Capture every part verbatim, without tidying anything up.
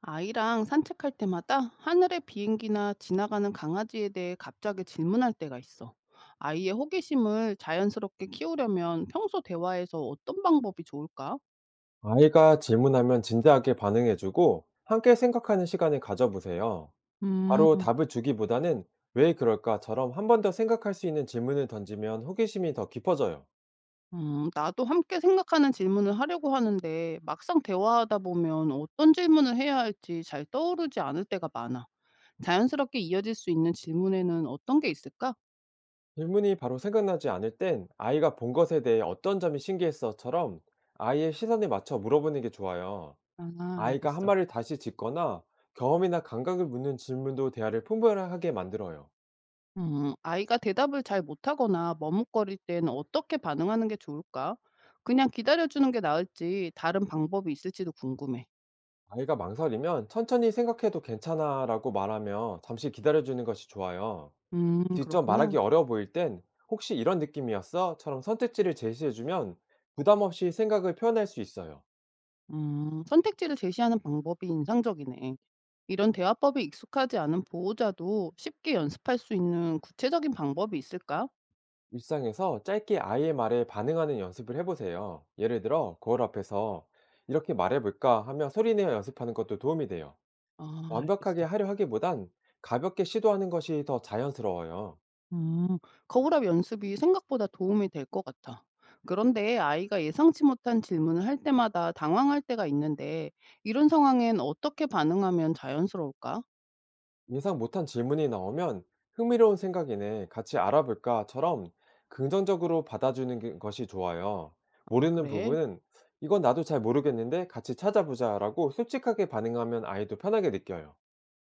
아이랑 산책할 때마다 하늘의 비행기나 지나가는 강아지에 대해 갑자기 질문할 때가 있어. 아이의 호기심을 자연스럽게 키우려면 평소 대화에서 어떤 방법이 좋을까? 아이가 질문하면 진지하게 반응해주고 함께 생각하는 시간을 가져보세요. 바로 음, 답을 주기보다는 왜 그럴까처럼 한 번 더 생각할 수 있는 질문을 던지면 호기심이 더 깊어져요. 음, 나도 함께 생각하는 질문을 하려고 하는데 막상 대화하다 보면 어떤 질문을 해야 할지 잘 떠오르지 않을 때가 많아. 자연스럽게 이어질 수 있는 질문에는 어떤 게 있을까? 질문이 바로 생각나지 않을 땐 아이가 본 것에 대해 어떤 점이 신기했어처럼 아이의 시선에 맞춰 물어보는 게 좋아요. 아, 아이가 한 알겠어. 말을 다시 짓거나 경험이나 감각을 묻는 질문도 대화를 풍부하게 만들어요. 음, 아이가 대답을 잘 못하거나 머뭇거릴 때는 어떻게 반응하는 게 좋을까? 그냥 기다려주는 게 나을지 다른 방법이 있을지도 궁금해. 아이가 망설이면 천천히 생각해도 괜찮아 라고 말하며 잠시 기다려주는 것이 좋아요. 음, 직접 그렇구나. 말하기 어려워 보일 땐 "혹시 이런 느낌이었어?"처럼 선택지를 제시해주면 부담 없이 생각을 표현할 수 있어요. 음, 선택지를 제시하는 방법이 인상적이네. 이런 대화법이 익숙하지 않은 보호자도 쉽게 연습할 수 있는 구체적인 방법이 있을까? 일상에서 짧게 아이의 말에 반응하는 연습을 해보세요. 예를 들어 거울 앞에서 "이렇게 말해볼까?" 하며 소리내어 연습하는 것도 도움이 돼요. 아, 완벽하게 알겠어. 하려 하기보단 가볍게 시도하는 것이 더 자연스러워요. 음. 거울압 연습이 생각보다 도움이 될 것 같아. 그런데 아이가 예상치 못한 질문을 할 때마다 당황할 때가 있는데 이런 상황엔 어떻게 반응하면 자연스러울까? 예상 못한 질문이 나오면 흥미로운 생각이네, 같이 알아볼까?처럼 긍정적으로 받아주는 게- 것이 좋아요. 아, 모르는 그래? 부분은 이건 나도 잘 모르겠는데 같이 찾아보자라고 솔직하게 반응하면 아이도 편하게 느껴요.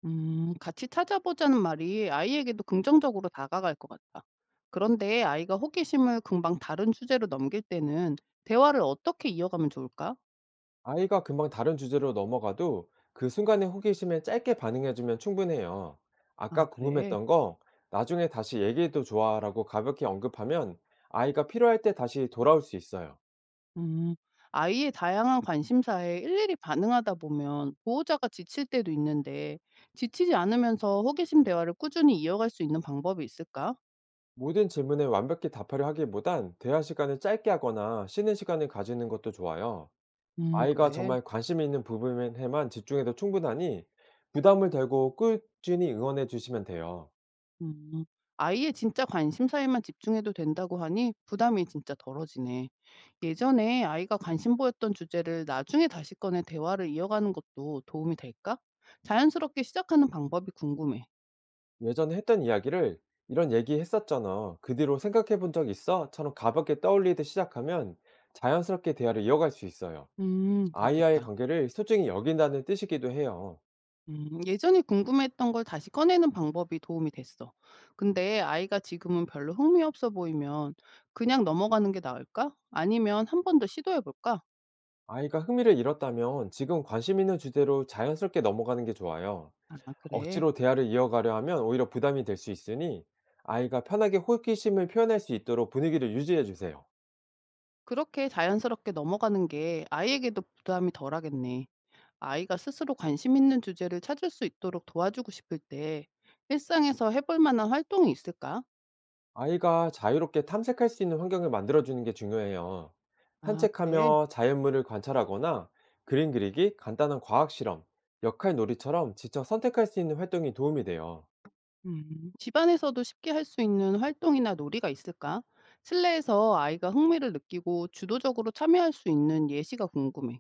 음, 같이 찾아보자는 말이 아이에게도 긍정적으로 다가갈 것 같아. 그런데 아이가 호기심을 금방 다른 주제로 넘길 때는 대화를 어떻게 이어가면 좋을까? 아이가 금방 다른 주제로 넘어가도 그 순간의 호기심에 짧게 반응해주면 충분해요. 아, 아까 그래. 궁금했던 거 나중에 다시 얘기해도 좋아라고 가볍게 언급하면 아이가 필요할 때 다시 돌아올 수 있어요. 음. 아이의 다양한 관심사에 일일이 반응하다 보면 보호자가 지칠 때도 있는데 지치지 않으면서 호기심 대화를 꾸준히 이어갈 수 있는 방법이 있을까? 모든 질문에 완벽히 답하려 하기보단 대화 시간을 짧게 하거나 쉬는 시간을 가지는 것도 좋아요. 음, 아이가 그래. 정말 관심 있는 부분에만 집중해도 충분하니 부담을 덜고 꾸준히 응원해 주시면 돼요. 음. 아이의 진짜 관심사에만 집중해도 된다고 하니 부담이 진짜 덜어지네. 예전에 아이가 관심 보였던 주제를 나중에 다시 꺼내 대화를 이어가는 것도 도움이 될까? 자연스럽게 시작하는 방법이 궁금해. 예전에 했던 이야기를 이런 얘기 했었잖아. 그 뒤로 생각해 본 적 있어? 처럼 가볍게 떠올리듯 시작하면 자연스럽게 대화를 이어갈 수 있어요. 음, 아이와의 그렇겠다. 관계를 소중히 여긴다는 뜻이기도 해요. 음 예전에 궁금했던 걸 다시 꺼내는 방법이 도움이 됐어. 근데 아이가 지금은 별로 흥미 없어 보이면 그냥 넘어가는 게 나을까? 아니면 한 번 더 시도해 볼까? 아이가 흥미를 잃었다면 지금 관심 있는 주제로 자연스럽게 넘어가는 게 좋아요. 아, 그래. 억지로 대화를 이어가려 하면 오히려 부담이 될 수 있으니 아이가 편하게 호기심을 표현할 수 있도록 분위기를 유지해 주세요. 그렇게 자연스럽게 넘어가는 게 아이에게도 부담이 덜하겠네. 아이가 스스로 관심 있는 주제를 찾을 수 있도록 도와주고 싶을 때 일상에서 해볼 만한 활동이 있을까? 아이가 자유롭게 탐색할 수 있는 환경을 만들어 주는 게 중요해요. 아, 그래. 산책하며 자연물을 관찰하거나 그림 그리기, 간단한 과학 실험, 역할 놀이처럼 직접 선택할 수 있는 활동이 도움이 돼요. 음. 집안에서도 쉽게 할 수 있는 활동이나 놀이가 있을까? 실내에서 아이가 흥미를 느끼고 주도적으로 참여할 수 있는 예시가 궁금해.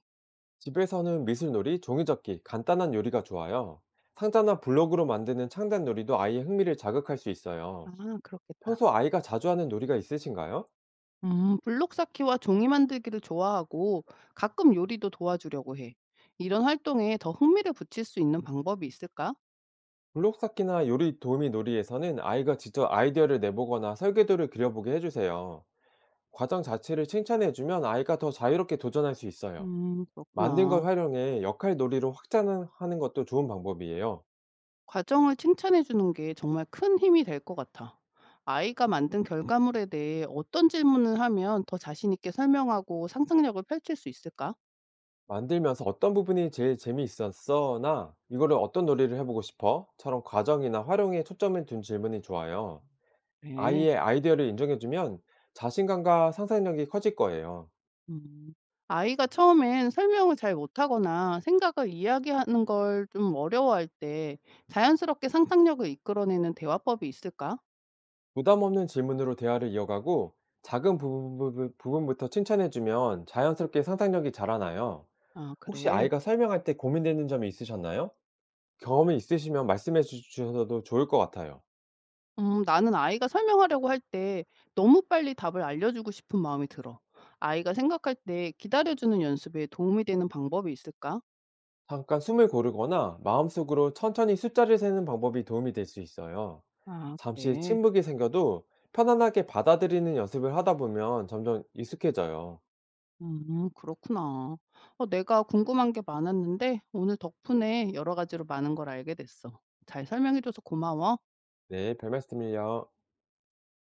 집에서는 미술놀이, 종이접기, 간단한 요리가 좋아요. 상자나 블록으로 만드는 창단 놀이도 아이의 흥미를 자극할 수 아, 있어요. 그렇겠다. 평소 아이가 자주 하는 놀이가 있으신가요? 음, 블록 쌓기와 종이 만들기를 좋아하고 가끔 요리도 도와주려고 해. 이런 활동에 더 흥미를 붙일 수 있는 방법이 있을까? 블록 쌓기나 요리 도우미 놀이에서는 아이가 직접 아이디어를 내보거나 설계도를 그려보게 해주세요. 과정 자체를 칭찬해주면 아이가 더 자유롭게 도전할 수 있어요. 음, 만든 걸 그렇구나. 활용해 역할 놀이로 확장하는 것도 좋은 방법이에요. 과정을 칭찬해 주는 게 정말 큰 힘이 될 것 같아. 아이가 만든 결과물에 대해 어떤 질문을 하면 더 자신 있게 설명하고 상상력을 펼칠 수 있을까? 만들면서 어떤 부분이 제일 재미있었어나 이거를 어떤 놀이를 해보고 싶어?처럼 과정이나 활용에 초점을 둔 질문이 좋아요. 네. 아이의 아이디어를 인정해주면 자신감과 상상력이 커질 거예요. 음. 아이가 처음엔 설명을 잘 못하거나 생각을 이야기하는 걸 좀 어려워할 때 자연스럽게 상상력을 이끌어내는 대화법이 있을까? 부담 없는 질문으로 대화를 이어가고 작은 부분, 부터 칭찬해주면 자연스럽게 상상력이 자라나요. 아, 혹시 그래. 아이가 설명할 때 고민되는 점이 있으셨나요? 경험이 있으시면 말씀해 주- 주셔도 좋을 것 같아요. 음, 나는 아이가 설명하려고 할 때 너무 빨리 답을 알려주고 싶은 마음이 들어. 아이가 생각할 때 기다려주는 연습에 도움이 되는 방법이 있을까? 잠깐 숨을 고르거나 마음속으로 천천히 숫자를 세는 방법이 도움이 될 수 있어요. 아, 잠시 그래. 침묵이 생겨도 편안하게 받아들이는 연습을 하다 보면 점점 익숙해져요. 음, 그렇구나. 어, 내가 궁금한 게 많았는데 오늘 덕분에 여러 가지로 많은 걸 알게 됐어. 잘 설명해줘서 고마워. 네, 별 말씀을요.